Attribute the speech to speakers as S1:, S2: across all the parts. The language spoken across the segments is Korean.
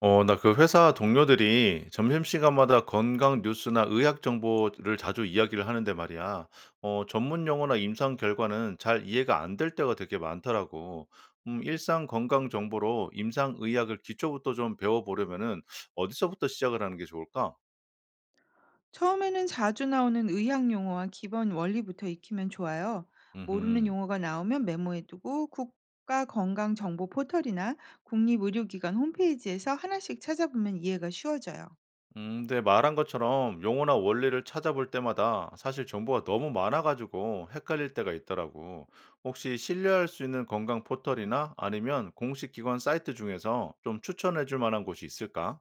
S1: 나 그 회사 동료들이 점심시간마다 건강 뉴스나 의학 정보를 자주 이야기를 하는데 말이야. 전문 용어나 임상 결과는 잘 이해가 안 될 때가 되게 많더라고. 일상 건강 정보로 임상 의학을 기초부터 좀 배워보려면은 어디서부터 시작을 하는 게 좋을까?
S2: 처음에는 자주 나오는 의학 용어와 기본 원리부터 익히면 좋아요. 모르는
S1: 음.
S2: 용어가 나오면 메모해두고 국가건강정보 포털이나 국립의료기관 홈페이지에서 하나씩 찾아보면 이해가 쉬워져요.
S1: 네, 말한 것처럼 용어나 원리를 찾아볼 때마다 사실 정보가 너무 많아가지고 헷갈릴 때가 있더라고. 혹시 신뢰할 수 있는 건강 포털이나 아니면 공식 기관 사이트 중에서 좀 추천해 줄 만한 곳이 있을까?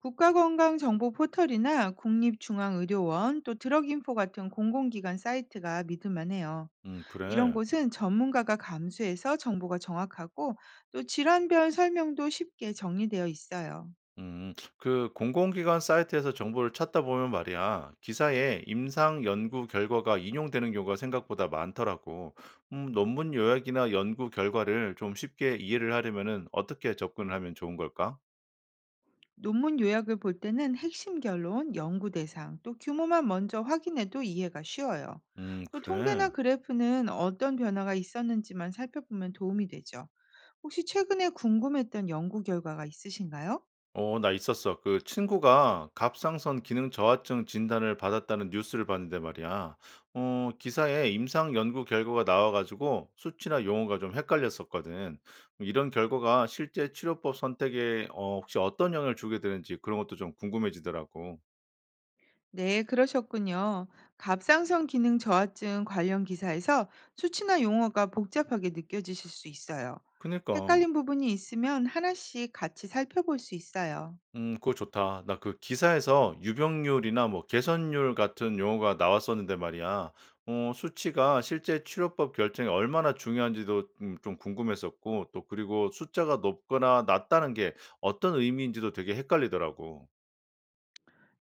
S2: 국가건강정보 포털이나 국립중앙의료원 또 드럭인포 같은 공공기관 사이트가 믿을만해요. 이런
S1: 그래.
S2: 곳은 전문가가 감수해서 정보가 정확하고 또 질환별 설명도 쉽게 정리되어 있어요.
S1: 그 공공기관 사이트에서 정보를 찾다 보면 말이야, 기사에 임상 연구 결과가 인용되는 경우가 생각보다 많더라고. 논문 요약이나 연구 결과를 좀 쉽게 이해를 하려면은 어떻게 접근을 하면 좋은 걸까?
S2: 논문 요약을 볼 때는 핵심 결론, 연구 대상, 또 규모만 먼저 확인해도 이해가 쉬워요. 또 통계나
S1: 그래.
S2: 그래프는 어떤 변화가 있었는지만 살펴보면 도움이 되죠. 혹시 최근에 궁금했던 연구 결과가 있으신가요?
S1: 어 나 있었어. 그 친구가 갑상선 기능 저하증 진단을 받았다는 뉴스를 봤는데 말이야. 기사에 임상 연구 결과가 나와 가지고 수치나 용어가 좀 헷갈렸었거든. 이런 결과가 실제 치료법 선택에 혹시 어떤 영향을 주게 되는지 그런 것도 좀 궁금해지더라고.
S2: 네, 그러셨군요. 갑상선 기능 저하증 관련 기사에서 수치나 용어가 복잡하게 느껴지실 수 있어요.
S1: 그니까.
S2: 헷갈린 부분이 있으면 하나씩 같이 살펴볼 수 있어요.
S1: 그거 좋다. 나 그 기사에서 유병률이나 뭐 개선율 같은 용어가 나왔었는데 말이야. 수치가 실제 치료법 결정에 얼마나 중요한지도 좀 궁금했었고 또 그리고 숫자가 높거나 낮다는 게 어떤 의미인지도 되게 헷갈리더라고.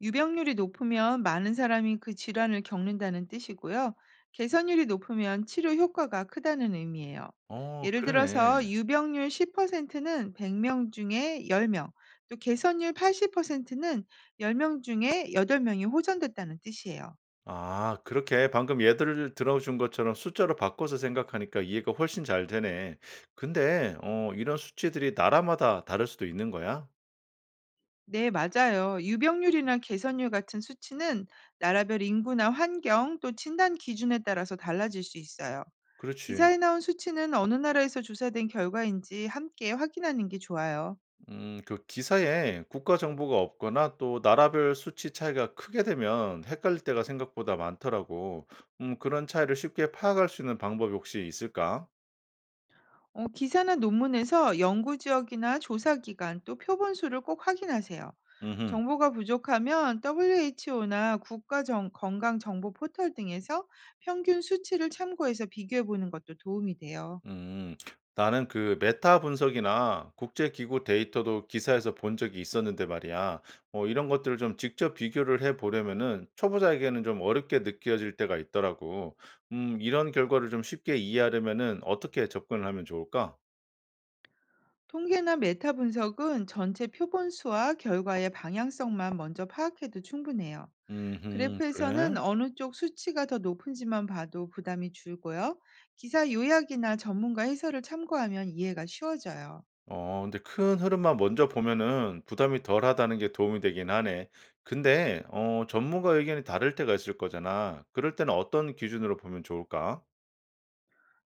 S2: 유병률이 높으면 많은 사람이 그 질환을 겪는다는 뜻이고요. 개선율이 높으면 치료 효과가 크다는 의미예요.
S1: 어
S2: 예를 들어서
S1: 그러네.
S2: 유병률 10%는 100명 중에 10명, 또 개선율 80%는 10명 중에 8명이 호전됐다는 뜻이에요.
S1: 아 그렇게 방금 예들을 들어준 것처럼 숫자로 바꿔서 생각하니까 이해가 훨씬 잘 되네. 근데 이런 수치들이 나라마다 다를 수도 있는 거야?
S2: 네, 맞아요. 유병률이나 개선율 같은 수치는 나라별 인구나 환경 또 진단 기준에 따라서 달라질 수 있어요.
S1: 그렇지.
S2: 기사에 나온 수치는 어느 나라에서 조사된 결과인지 함께 확인하는 게 좋아요.
S1: 그 기사에 국가 정보가 없거나 또 나라별 수치 차이가 크게 되면 헷갈릴 때가 생각보다 많더라고. 그런 차이를 쉽게 파악할 수 있는 방법이 혹시 있을까?
S2: 어, 기사나 논문에서 연구 지역이나 조사 기간 또 표본 수를 꼭 확인하세요.
S1: 음.
S2: 정보가 부족하면 WHO나 건강 정보 포털 등에서 평균 수치를 참고해서 비교해 보는 것도 도움이 돼요.
S1: 음. 나는 그 메타 분석이나 국제기구 데이터도 기사에서 본 적이 있었는데 말이야. 이런 것들을 좀 직접 비교를 해 보려면은 초보자에게는 좀 어렵게 느껴질 때가 있더라고. 이런 결과를 좀 쉽게 이해하려면은 어떻게 접근을 하면 좋을까?
S2: 통계나 메타 분석은 전체 표본 수와 결과의 방향성만 먼저 파악해도 충분해요. 그래프에서는
S1: 그래?
S2: 어느 쪽 수치가 더 높은지만 봐도 부담이 줄고요. 기사 요약이나 전문가 해설을 참고하면 이해가 쉬워져요.
S1: 근데 큰 흐름만 먼저 보면은 부담이 덜하다는 게 도움이 되긴 하네. 근데 전문가 의견이 다를 때가 있을 거잖아. 그럴 때는 어떤 기준으로 보면 좋을까?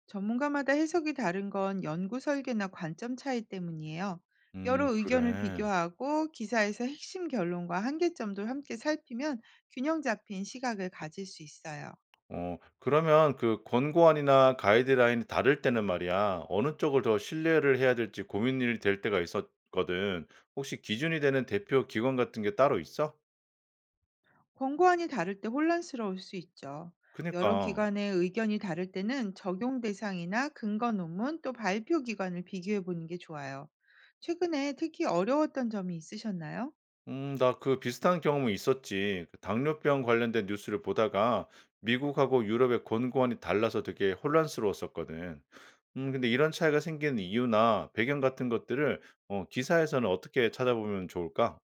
S2: 전문가마다 해석이 다른 건 연구 설계나 관점 차이 때문이에요. 여러 의견을
S1: 그래.
S2: 비교하고 기사에서 핵심 결론과 한계점도 함께 살피면 균형 잡힌 시각을 가질 수 있어요.
S1: 그러면 그 권고안이나 가이드라인이 다를 때는 말이야. 어느 쪽을 더 신뢰를 해야 될지 고민이 될 때가 있었거든. 혹시 기준이 되는 대표 기관 같은 게 따로 있어?
S2: 권고안이 다를 때 혼란스러울 수 있죠. 여러
S1: 그니까.
S2: 기관의 의견이 다를 때는 적용 대상이나 근거 논문 또 발표 기관을 비교해 보는 게 좋아요. 최근에 특히 어려웠던 점이 있으셨나요?
S1: 나 그 비슷한 경험이 있었지. 그 당뇨병 관련된 뉴스를 보다가 미국하고 유럽의 권고안이 달라서 되게 혼란스러웠었거든. 근데 이런 차이가 생기는 이유나 배경 같은 것들을 기사에서는 어떻게 찾아보면 좋을까?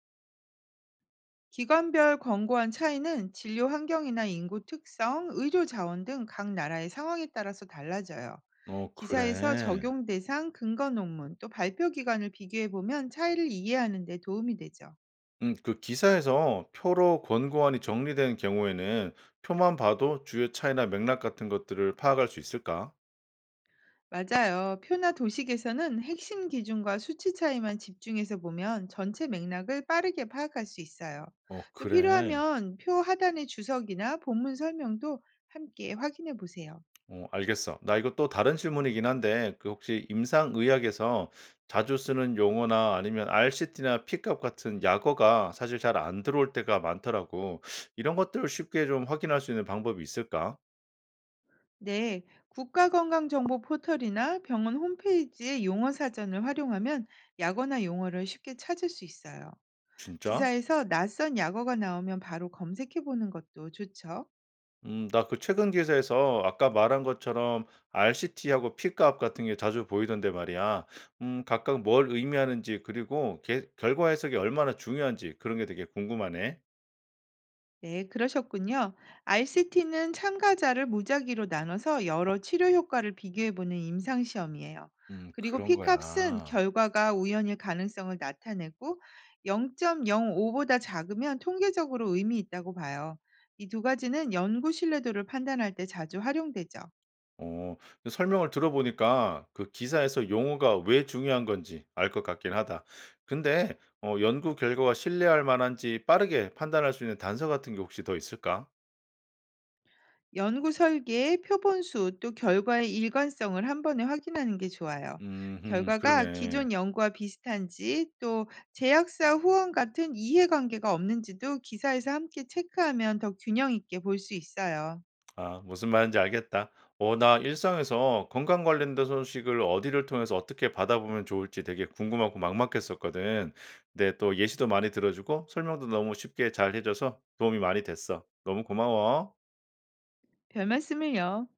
S2: 기관별 권고안 차이는 진료 환경이나 인구 특성, 의료 자원 등 각 나라의 상황에 따라서 달라져요.
S1: 어,
S2: 기사에서
S1: 그래.
S2: 적용 대상, 근거 논문 또 발표 기관을 비교해 보면 차이를 이해하는 데 도움이 되죠.
S1: 그 기사에서 표로 권고안이 정리된 경우에는 표만 봐도 주요 차이나 맥락 같은 것들을 파악할 수 있을까?
S2: 맞아요. 표나 도식에서는 핵심 기준과 수치 차이만 집중해서 보면 전체 맥락을 빠르게 파악할 수 있어요.
S1: 어,
S2: 또
S1: 그래.
S2: 필요하면 표 하단의 주석이나 본문 설명도 함께 확인해 보세요.
S1: 어 알겠어. 나 이거 또 다른 질문이긴 한데 그 혹시 임상의학에서 자주 쓰는 용어나 아니면 RCT나 P값 같은 약어가 사실 잘 안 들어올 때가 많더라고. 이런 것들을 쉽게 좀 확인할 수 있는 방법이 있을까?
S2: 네, 국가건강정보 포털이나 병원 홈페이지의 용어 사전을 활용하면 약어나 용어를 쉽게 찾을 수 있어요.
S1: 진짜?
S2: 기사에서 낯선 약어가 나오면 바로 검색해 보는 것도 좋죠.
S1: 나 그 최근 기사에서 아까 말한 것처럼 RCT하고 P값 같은 게 자주 보이던데 말이야. 각각 뭘 의미하는지 그리고 결과 해석이 얼마나 중요한지 그런 게 되게 궁금하네.
S2: 네, 그러셨군요. RCT는 참가자를 무작위로 나눠서 여러 치료 효과를 비교해보는 임상시험이에요. 그리고
S1: 그런
S2: P값은
S1: 거야.
S2: 결과가 우연일 가능성을 나타내고 0.05보다 작으면 통계적으로 의미 있다고 봐요. 이 두 가지는 연구 신뢰도를 판단할 때 자주 활용되죠.
S1: 어. 그 설명을 들어보니까 그 기사에서 용어가 왜 중요한 건지 알 것 같긴 하다. 근데 연구 결과가 신뢰할 만한지 빠르게 판단할 수 있는 단서 같은 게 혹시 더 있을까?
S2: 연구 설계의 표본수 또 결과의 일관성을 한 번에 확인하는 게 좋아요. 결과가
S1: 그러네.
S2: 기존 연구와 비슷한지 또 제약사 후원 같은 이해관계가 없는지도 기사에서 함께 체크하면 더 균형 있게 볼 수 있어요.
S1: 아 무슨 말인지 알겠다. 나 일상에서 건강 관련된 소식을 어디를 통해서 어떻게 받아보면 좋을지 되게 궁금하고 막막했었거든. 근데 또 예시도 많이 들어 주고 설명도 너무 쉽게 잘 해 줘서 도움이 많이 됐어. 너무 고마워.
S2: 별 말씀을요.